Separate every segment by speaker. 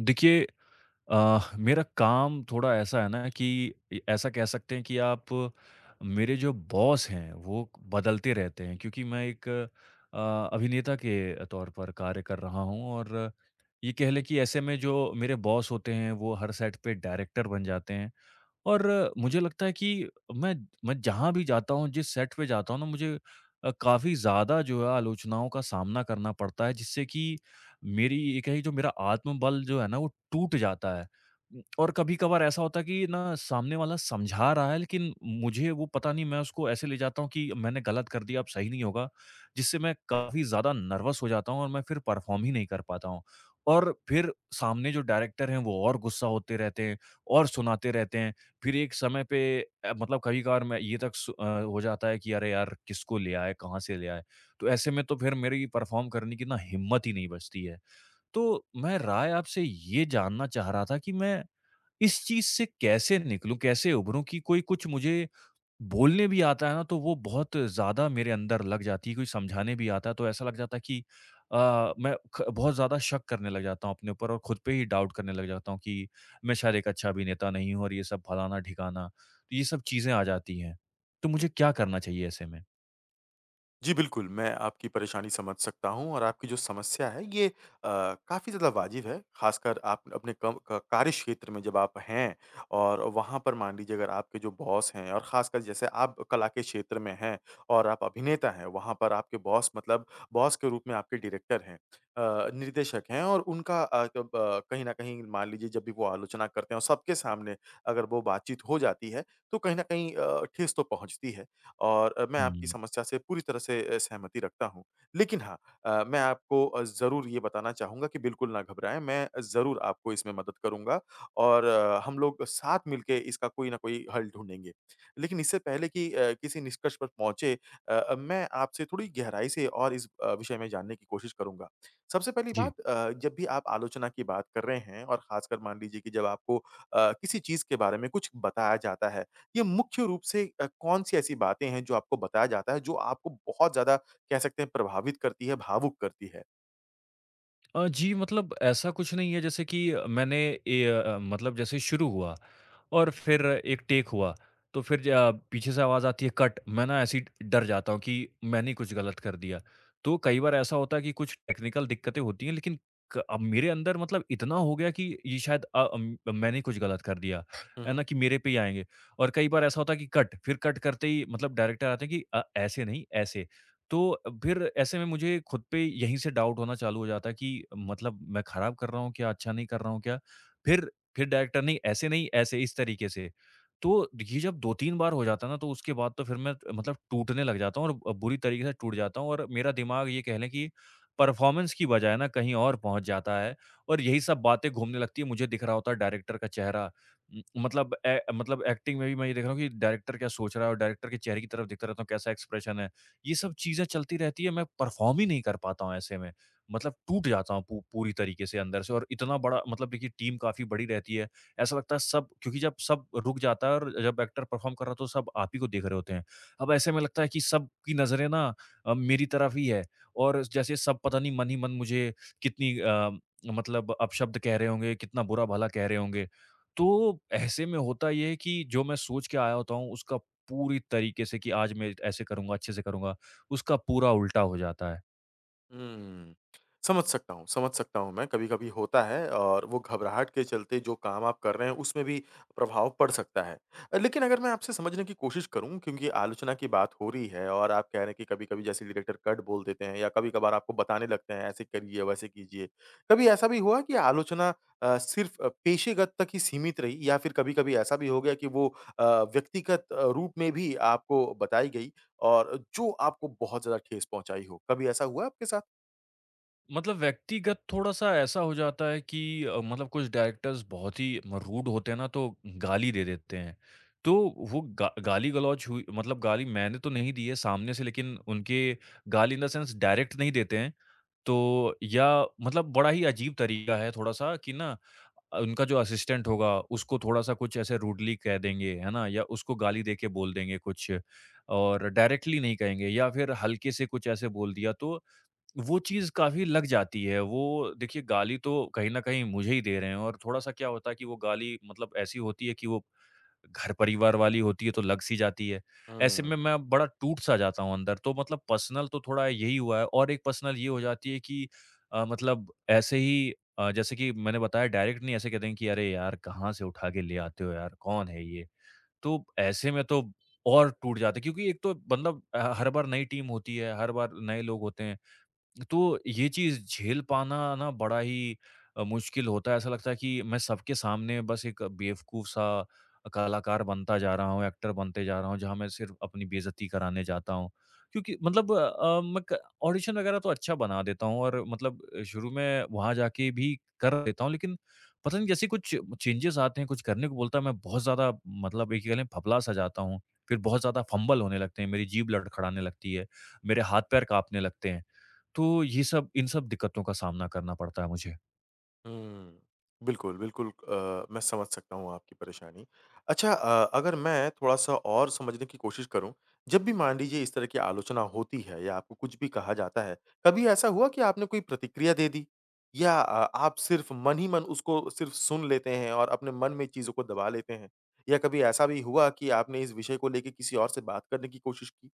Speaker 1: देखिए, मेरा काम थोड़ा ऐसा है ना कि ऐसा कह सकते हैं कि आप मेरे जो बॉस हैं वो बदलते रहते हैं क्योंकि मैं एक अभिनेता के तौर पर कार्य कर रहा हूँ और ये कह लें कि ऐसे में जो मेरे बॉस होते हैं वो हर सेट पे डायरेक्टर बन जाते हैं और मुझे लगता है कि मैं मैं जहाँ भी जाता हूँ, जिस सेट पे जाता हूँ ना मुझे काफ़ी ज़्यादा जो है आलोचनाओं का सामना करना पड़ता है जिससे कि मेरी ये कहिए जो मेरा आत्मबल जो है ना वो टूट जाता है। और कभी-कभार ऐसा होता है कि ना सामने वाला समझा रहा है लेकिन मुझे वो पता नहीं, मैं उसको ऐसे ले जाता हूँ कि मैंने गलत कर दिया, अब सही नहीं होगा, जिससे मैं काफ़ी ज़्यादा नर्वस हो जाता हूँ और मैं फिर परफ़ॉर्म ही नहीं कर पाता हूँ। और फिर सामने जो डायरेक्टर हैं वो और गुस्सा होते रहते हैं और सुनाते रहते हैं। फिर एक समय पे मतलब कभी-कभार मैं ये तक हो जाता है कि अरे यार! किसको ले आए, कहाँ से ले आए? तो ऐसे में तो फिर मेरी परफ़ॉर्म करने की ना हिम्मत ही नहीं बचती है। तो मैं राय आपसे ये जानना चाह रहा था कि मैं इस चीज़ से कैसे निकलूँ, कैसे उभरूँ कि कोई कुछ मुझे बोलने भी आता है ना तो वो बहुत ज़्यादा मेरे अंदर लग जाती है, कोई समझाने भी आता है तो ऐसा लग जाता है कि मैं ख बहुत ज़्यादा शक करने लग जाता हूँ अपने ऊपर और खुद पे ही डाउट करने लग जाता हूँ कि मैं शायद एक अच्छा अभिनेता नहीं हूँ और ये सब फलाना-ढिकाना, तो ये सब चीज़ें आ जाती हैं। तो मुझे क्या करना चाहिए ऐसे में?
Speaker 2: जी, बिल्कुल, मैं आपकी परेशानी समझ सकता हूँ और आपकी जो समस्या है ये काफ़ी ज़्यादा वाजिब है, ख़ासकर आप अपने कम क कार्य क्षेत्र में जब आप हैं और वहाँ पर मान लीजिए अगर आपके जो बॉस हैं और ख़ासकर जैसे आप कला के क्षेत्र में हैं और आप अभिनेता हैं, वहाँ पर आपके बॉस मतलब बॉस के रूप में आपके डायरेक्टर हैं, निर्देशक हैं और उनका जब कहीं न कहीं मान लीजिए जब भी वो आलोचना करते हैं और सबके सामने अगर वो बातचीत हो जाती है, तो कहीं न कहीं ठेस तो पहुँचती है। और मैं आपकी
Speaker 1: हुँ,
Speaker 2: समस्या से पूरी तरह से सहमति रखता हूँ। लेकिन हाँ, मैं आपको ज़रूर ये बताना चाहूँगा कि बिल्कुल ना घबराएँ, मैं ज़रूर आपको इसमें मदद करूँगा और हम लोग साथ मिलके इसका कोई ना कोई हल ढूँढेंगे। लेकिन इससे पहले कि किसी निष्कर्ष पर पहुँचे, मैं आपसे थोड़ी गहराई से और इस विषय में जानने की कोशिश करूँगा। सबसे पहली
Speaker 1: जी।
Speaker 2: बात, जब भी आप आलोचना की बात कर रहे हैं और ख़ासकर मान लीजिए कि जब आपको किसी चीज़ के बारे में कुछ बताया जाता है, ये मुख्य रूप से कौन-सी ऐसी बातें हैं जो आपको बताया जाता है, जो आपको बहुत ज़्यादा कह सकते हैं प्रभावित करती है, भावुक करती
Speaker 1: जी, मतलब ऐसा कुछ नहीं है जैसे कि मैंने मतलब जैसे शुरू हुआ और फिर एक टेक हुआ, तो फिर पीछे से आवाज़ आती है कट, मैं ना ऐसे ही डर जाता हूँ कि मैंने ही कुछ गलत कर दिया। तो कई बार ऐसा होता है कि कुछ टेक्निकल दिक्कतें होती हैं, लेकिन क अब मेरे अंदर मतलब इतना हो गया कि ये शायद मैंने ही कुछ गलत कर दिया, है
Speaker 2: है?
Speaker 1: ना? कि मेरे पे ही आएँगे। और कई बार ऐसा होता है कि कट, फिर कट करते ही मतलब डायरेक्टर आते हैं कि ऐसे नहीं ऐसे। तो फिर ऐसे में मुझे खुद पे यहीं से डाउट होना चालू हो जाता है कि मतलब मैं खराब कर रहा हूँ क्या, अच्छा नहीं कर रहा हूँ क्या? फिर फिर डायरेक्टर नहीं, ऐसे नहीं ऐसे, इस तरीके से। तो ये जब 2-3 बार हो जाता है ना तो उसके बाद तो फिर मैं मतलब टूटने लग जाता हूँ और बुरी तरीके से टूट जाता हूँ और मेरा दिमाग ये कह लें कि परफ़ॉर्मेंस की बजाय ना कहीं और पहुँच जाता है और यही सब बातें घूमने लगती है। मुझे दिख रहा होता है डायरेक्टर का चेहरा। उम, मतलब ए मतलब एक्टिंग में भी मैं ये देख रहा हूँ कि डायरेक्टर क्या सोच रहा है, और डायरेक्टर के चेहरे की तरफ देखता रहता हूँ कैसा एक्सप्रेशन है। ये सब चीज़ें चलती रहती है, मैं परफ़ॉर्म ही नहीं कर पाता हूँ ऐसे में। मतलब टूट जाता हूँ पू पूरी तरीके से अंदर से, और इतना बड़ा, मतलब देखिए, टीम काफ़ी बड़ी रहती है। ऐसा लगता है सब, क्योंकि जब सब रुक जाता है और जब एक्टर परफ़ॉर्म कर रहा है तो सब आप ही को देख रहे होते हैं। अब ऐसे में लगता है कि सबकी नज़रें ना मेरी तरफ ही है और जैसे सब पता नहीं मन ही मन मुझे कितनी मतलब अपशब्द कह रहे होंगे, कितना बुरा-भला कह रहे होंगे। तो ऐसे में होता ये है कि जो मैं सोच के आया होता हूँ उसका, पूरी तरीके से कि आज मैं ऐसे करूँगा, अच्छे से करूँगा, उसका पूरा उल्टा हो जाता है।
Speaker 2: हुँ। समझ सकता हूँ, समझ सकता हूँ मैं, कभी-कभी होता है और वो घबराहट के चलते जो काम आप कर रहे हैं, उसमें भी प्रभाव पड़ सकता है। लेकिन अगर मैं आपसे समझने की कोशिश करूँ क्योंकि आलोचना की बात हो रही है और आप कह रहे हैं कि कभी-कभी जैसे डायरेक्टर कट बोल देते हैं या कभी-कभार आपको बताने लगते हैं, ऐसे करिए, वैसे कीजिए। कभी ऐसा भी हुआ कि आलोचना सिर्फ़ पेशेगत तक ही सीमित रही या फिर कभी-कभी ऐसा भी हो गया कि वो अ, व्यक्तिगत रूप में भी आपको बताई गई और जो आपको बहुत ज़्यादा ठेस पहुँचाई हो, कभी ऐसा हुआ आपके साथ?
Speaker 1: मतलब व्यक्तिगत थोड़ा-सा ऐसा हो जाता है कि मतलब कुछ डायरेक्टर्स बहुत ही म रूड होते हैं ना तो गाली दे देते हैं। तो वो गा गाली-गलौच हुई, मतलब गाली मैंने तो नहीं दी है सामने से, लेकिन उनके गाली इन द सेंस डायरेक्ट नहीं देते हैं। तो या मतलब बड़ा ही अजीब तरीका है थोड़ा-सा कि ना उनका जो असिस्टेंट होगा उसको थोड़ा-सा कुछ ऐसे रूडली कह देंगे, है ना? या उसको गाली देके बोल देंगे कुछ, और डायरेक्टली नहीं कहेंगे, या फिर हल्के से कुछ ऐसे बोल दिया तो वो चीज़ काफ़ी लग जाती है। वो देखिए, गाली तो कहीं न कहीं मुझे ही दे रहे हैं और थोड़ा-सा क्या होता है कि वो गाली मतलब ऐसी होती है कि वो घर-परिवार वाली होती है तो लग-सी जाती है। ऐसे में
Speaker 2: हुँ,
Speaker 1: मैं बड़ा टूट-सा जाता हूँ अंदर। तो मतलब पर्सनल तो थोड़ा यही हुआ है, और एक पर्सनल ये हो जाती है कि मतलब ऐसे ही, जैसे कि मैंने बताया, डायरेक्ट नहीं ऐसे कहते हैं कि अरे यार! कहाँ से उठा के ले आते हो यार? कौन है ये? तो ऐसे में तो और टूट जाते हैं क्योंकि एक तो मतलब हर बार नई टीम होती है, हर बार नए लोग होते हैं। तो ये चीज़ झेल पाना ना बड़ा ही मुश्किल होता है। ऐसा लगता है कि मैं सबके सामने बस एक बेवकूफ़ सा कलाकार बनता जा रहा हूँ, एक्टर बनते जा रहा हूँ, जहाँ मैं सिर्फ़ अपनी बेइज़्ज़ती कराने जाता हूँ। क्योंकि मतलब मैं क ऑडिशन वग़ैरह तो अच्छा बना देता हूँ और मतलब शुरू में वहाँ जाके भी कर देता हूँ, लेकिन पता नहीं जैसे कुछ चेंजेज़ आते हैं, कुछ करने को बोलता है, मैं बहुत ज़्यादा मतलब एक कह लें फबला-सा जाता हूँ। फिर बहुत ज़्यादा फंबल होने लगते हैं, मेरी जीभ लड़खड़ाने लगती है, मेरे हाथ-पैर काँपने लगते हैं। तो ये सब, इन सब दिक्कतों का सामना करना पड़ता है मुझे।
Speaker 2: हुँ। बिल्कुल, बिल्कुल, मैं समझ सकता हूँ आपकी परेशानी। अच्छा, अगर मैं थोड़ा-सा और समझने की कोशिश करूँ, जब भी मान लीजिए इस तरह की आलोचना होती है या आपको कुछ भी कहा जाता है, कभी ऐसा हुआ कि आपने कोई प्रतिक्रिया दे दी? या आप सिर्फ़ मन ही मन उसको सिर्फ़ सुन लेते हैं और अपने मन में चीज़ों को दबा लेते हैं? या कभी ऐसा भी हुआ कि आपने इस विषय को लेके किसी और से बात करने की कोशिश की?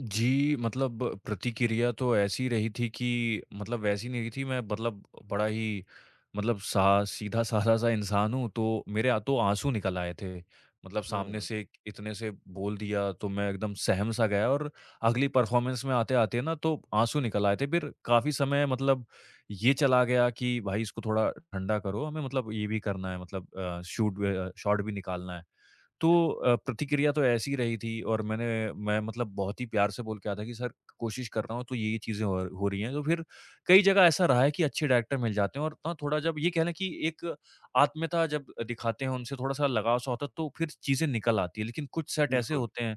Speaker 1: जी, मतलब प्रतिक्रिया तो ऐसी रही थी कि मतलब वैसी नहीं थी, मैं मतलब बड़ा ही, मतलब सा, सीधा साधा-सा इंसान हूँ, तो मेरे आ तो आँसू निकल आए थे। मतलब सामने
Speaker 2: हुँ,
Speaker 1: से एक- इतने से बोल दिया तो मैं एकदम सहम सा गया, और अगली परफ़ॉर्मेंस में आते-आते ना तो आँसू निकल आए थे। फिर काफ़ी समय मतलब ये चला गया कि भाई इसको थोड़ा ठंडा करो, हमें मतलब ये भी करना है, मतलब शॉट भी निकालना है। तो प्रतिक्रिया तो ऐसी रही थी, और मैं मतलब बहुत ही प्यार से बोल के आया था कि सर, कोशिश कर रहा हूँ तो ये-ये चीज़ें हो रही हैं। तो फिर कई जगह ऐसा रहा है कि अच्छे डायरेक्टर मिल जाते हैं और ना थोड़ा, जब ये कह लें कि एक आत्मीयता जब दिखाते हैं, उनसे थोड़ा-सा लगाव-सा होता है तो फिर चीज़ें निकल आती हैं। लेकिन कुछ सेट ऐसे
Speaker 2: बिल्कुल।
Speaker 1: होते हैं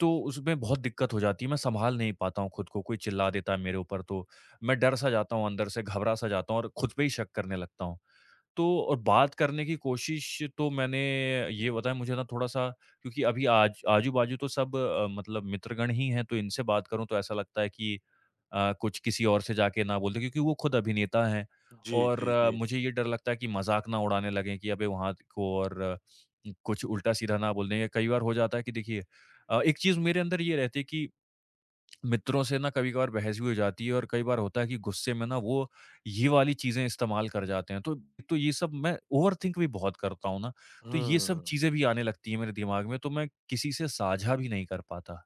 Speaker 1: तो उसमें बहुत दिक्कत हो जाती है। मैं संभाल नहीं पाता हूँ खुद को, कोई चिल्ला देता है मेरे ऊपर तो मैं डर-सा जाता हूँ अंदर से, घबरा-सा जाता हूँ और खुद पे ही शक करने लगता हूँ। तो और बात करने की कोशिश, तो मैंने ये बताया, मुझे ना थोड़ा-सा, क्योंकि अभी आज आजू-बाजू तो सब मतलब मित्रगण ही हैं, तो इनसे बात करूँ तो ऐसा लगता है कि कुछ किसी और से जाके ना बोल दें, क्योंकि वो खुद अभिनेता हैं,
Speaker 2: जी,
Speaker 1: और
Speaker 2: जी, जी।
Speaker 1: मुझे ये डर लगता है कि मज़ाक ना उड़ाने लगें कि अबे वहाँ को, और कुछ उल्टा-सीधा ना बोल दें। या कई बार हो जाता है कि देखिए, एक चीज़ मेरे अंदर ये रहती है कि मित्रों से ना कभी कभार बहस भी हो जाती है, और कई बार होता है कि गुस्से में ना वो ये वाली चीजें इस्तेमाल कर जाते हैं, तो ये सब मैं ओवर थिंक भी बहुत करता हूँ ना, तो ये सब
Speaker 2: हुँ।
Speaker 1: चीजें भी आने लगती है मेरे दिमाग में, तो मैं किसी से साझा भी नहीं कर पाता।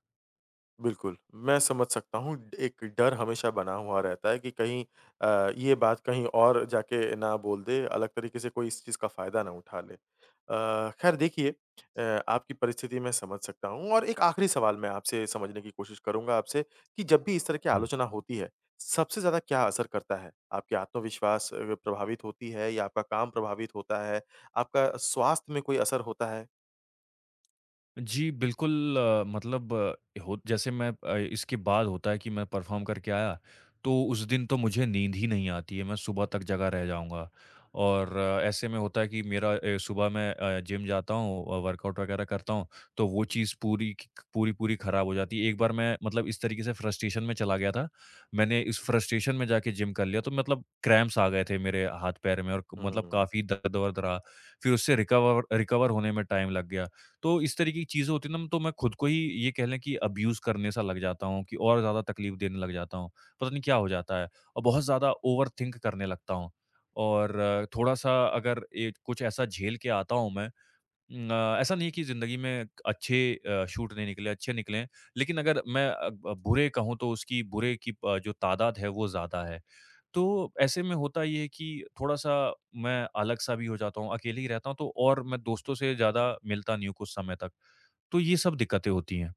Speaker 2: बिल्कुल, मैं समझ सकता हूँ। एक डर हमेशा बना हुआ रहता है कि कहीं ये बात कहीं और जाके ना बोल दे, अलग तरीके से कोई इस चीज़ का फ़ायदा ना उठा ले। ख़ैर, देखिए, आपकी परिस्थिति मैं समझ सकता हूँ और एक आख़िरी सवाल मैं आपसे समझने की कोशिश करूँगा आपसे कि जब भी इस तरह की आलोचना होती है, सबसे ज़्यादा क्या असर करता है? आपके आत्मविश्वास प्रभावित होती है या आपका काम प्रभावित होता है? आपका स्वास्थ्य में कोई असर होता है?
Speaker 1: जी, बिल्कुल, मतलब हो जैसे मैं, इसके बाद होता है कि मैं परफ़ॉर्म करके आया, तो उस दिन तो मुझे नींद ही नहीं आती है, मैं सुबह तक जगा रह जाऊँगा। और ऐसे में होता है कि मेरा सुबह मैं जिम जाता हूँ, वर्कआउट वगैरह करता हूँ, तो वो चीज़ पूरी की पूरी-पूरी खराब हो जाती है। एक बार मैं मतलब इस तरीके से फ्रस्ट्रेशन में चला गया था, मैंने इस फ्रस्ट्रेशन में जाके जिम कर लिया, तो मतलब क्रैम्प्स आ गए थे मेरे हाथ-पैर में, और मतलब
Speaker 2: हुँ।
Speaker 1: काफ़ी दर्द-वर्द रहा। फिर उससे रिकवर रिकवर होने में टाइम लग गया। तो इस तरीके की चीज़ें होती हैं ना तो मैं खुद को ही, ये कह लें कि अब्यूज़ करने सा लग जाता हूँ, कि और ज़्यादा तकलीफ़ देने लग जाता हूँ। पता नहीं क्या हो जाता है, और बहुत ज़्यादा ओवरथिंक करने लगता हूँ, और थोड़ा-सा अगर ए कुछ ऐसा झेल के आता हूँ मैं न, ऐसा नहीं है कि ज़िंदगी में अच्छे शूट नहीं निकले, अच्छे निकले, लेकिन अगर मैं अ, ब बुरे कहूँ तो उसकी बुरे की जो तादाद है वो ज़्यादा है। तो ऐसे में होता ये है कि थोड़ा-सा मैं अलग-सा भी हो जाता हूँ, अकेले ही रहता हूँ तो, और मैं दोस्तों से ज़्यादा मिलता नहीं हूँ कुछ समय तक। तो ये सब दिक्कतें होती हैं।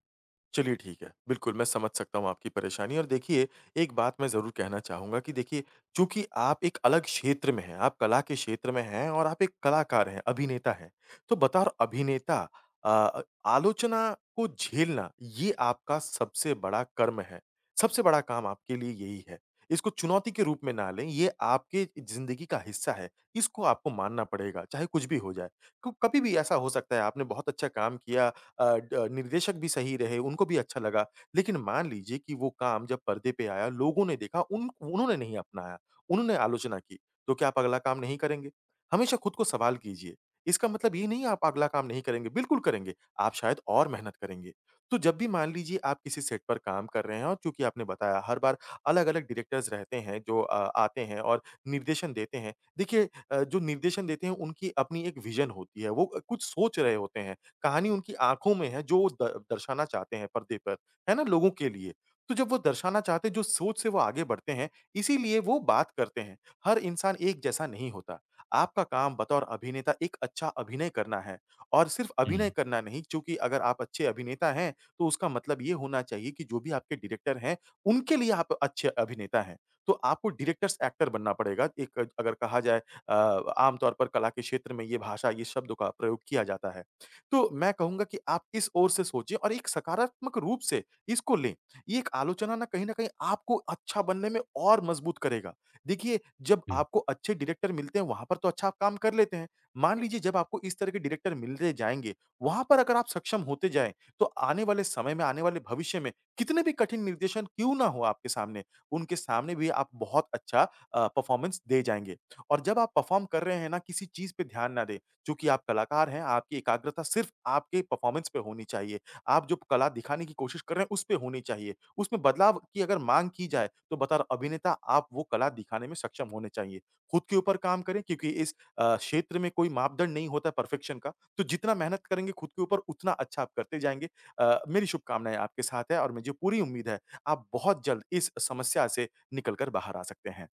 Speaker 2: चलिए ठीक है। बिल्कुल, मैं समझ सकता हूँ आपकी परेशानी और देखिए, एक बात मैं ज़रूर कहना चाहूँगा कि देखिए, चूँकि आप एक अलग क्षेत्र में हैं, आप कला के क्षेत्र में हैं और आप एक कलाकार हैं, अभिनेता हैं। तो बतौर अभिनेता अ अ, आलोचना को झेलना, ये आपका सबसे बड़ा कर्म है। सबसे बड़ा काम आपके लिए यही है। इसको चुनौती के रूप में ना लें, ये आपके ज़िंदगी का हिस्सा है। इसको आपको मानना पड़ेगा, चाहे कुछ भी हो जाए। क कभी भी ऐसा हो सकता है, आपने बहुत अच्छा काम किया, ड निर्देशक भी सही रहे, उनको भी अच्छा लगा। लेकिन मान लीजिए कि वो काम जब पर्दे पे आया, लोगों ने देखा, उन उन्होंने नहीं अपनाया, उन्होंने आलोचना की, तो क्या आप अगला काम नहीं करेंगे? हमेशा खुद को सवाल कीजिए। इसका मतलब ये नहीं आप अगला काम नहीं करेंगे, बिल्कुल करेंगे, आप शायद और मेहनत करेंगे। तो जब भी मान लीजिए आप किसी सेट पर काम कर रहे हैं और चूँकि आपने बताया हर बार अलग-अलग डायरेक्टर्स रहते हैं जो आते हैं और निर्देशन देते हैं। देखिए, जो निर्देशन देते हैं उनकी अपनी एक विज़न होती है, वो कुछ सोच रहे होते हैं, कहानी उनकी आँखों में है, जो वो द दर्शाना चाहते हैं पर्दे पर, है ना? लोगों के लिए। तो जब वो दर्शाना चाहते हैं, जो सोच से वो आगे बढ़ते हैं, इसीलिए वो बात करते हैं। हर इंसान एक जैसा नहीं होता। आपका काम बतौर अभिनेता एक अच्छा अभिनय करना है और सिर्फ़ अभिनय
Speaker 1: हुँ,
Speaker 2: करना नहीं, चूँकि अगर आप अच्छे अभिनेता हैं, तो उसका मतलब ये होना चाहिए कि जो भी आपके डायरेक्टर हैं, उनके लिए आप अच्छे अभिनेता हैं। तो आपको डायरेक्टर्स एक्टर बनना पड़ेगा। एक अगर कहा जाए, अ, आम तौर पर कला के क्षेत्र में ये भाषा, ये शब्द का प्रयोग किया जाता है। तो मैं कहूँगा कि आप इस ओर से सोचिए और एक सकारात्मक रूप से इसको लें। ये एक आलोचना ना कहीं न कहीं आपको अच्छा बनने में और मजबूत करेगा। देखिए, जब
Speaker 1: जी।
Speaker 2: आपको अच्छे डायरेक्टर मिलते हैं, वहाँ पर तो अच्छा आप काम कर लेते हैं। मान लीजिए जब आपको इस तरह के डायरेक्टर मिलते जाएँगे, वहाँ पर अगर आप सक्षम होते जाएँ, तो आने वाले समय में, आने वाले भविष्य में कितने भी कठिन निर्देशन क्यों ना हो आपके सामने, उनके सामने भी आप बहुत अच्छा परफॉर्मेंस दे जाएँगे। और जब आप परफॉर्म कर रहे हैं ना, किसी चीज़ पे ध्यान ना दें। चूँकि आप कलाकार हैं, आपकी एकाग्रता सिर्फ़ आपके परफ़ॉर्मेंस पे होनी चाहिए। आप जो कला दिखाने की कोशिश कर रहे हैं, उस पे होनी चाहिए। उसमें बदलाव की अगर माँग की जाए, तो बतौर अभिनेता आप वो कला दिखाने में सक्षम होने चाहिए। खुद के ऊपर काम करें क्योंकि इस क्षेत्र में कोई मापदंड नहीं होता परफ़ेक्शन का, तो जितना मेहनत करेंगे खुद के ऊपर उतना अच्छा आप करते जाएँगे। मेरी शुभकामनाएँ आपके साथ है और मुझे पूरी उम्मीद है, आप बहुत जल्द इस समस्या से निकल कर बाहर आ सकते हैं।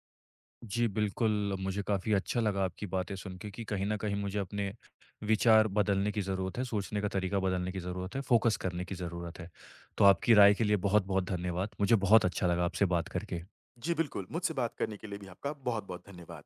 Speaker 1: जी, बिल्कुल, मुझे काफ़ी अच्छा लगा आपकी बातें सुन के कि कहीं न कहीं मुझे अपने विचार बदलने की ज़रूरत है, सोचने का तरीका बदलने की ज़रूरत है, फ़ोकस करने की ज़रूरत है। तो आपकी राय के लिए बहुत-बहुत धन्यवाद। मुझे बहुत अच्छा लगा आपसे बात करके।
Speaker 2: जी बिल्कुल, मुझसे बात करने के लिए भी आपका बहुत-बहुत धन्यवाद।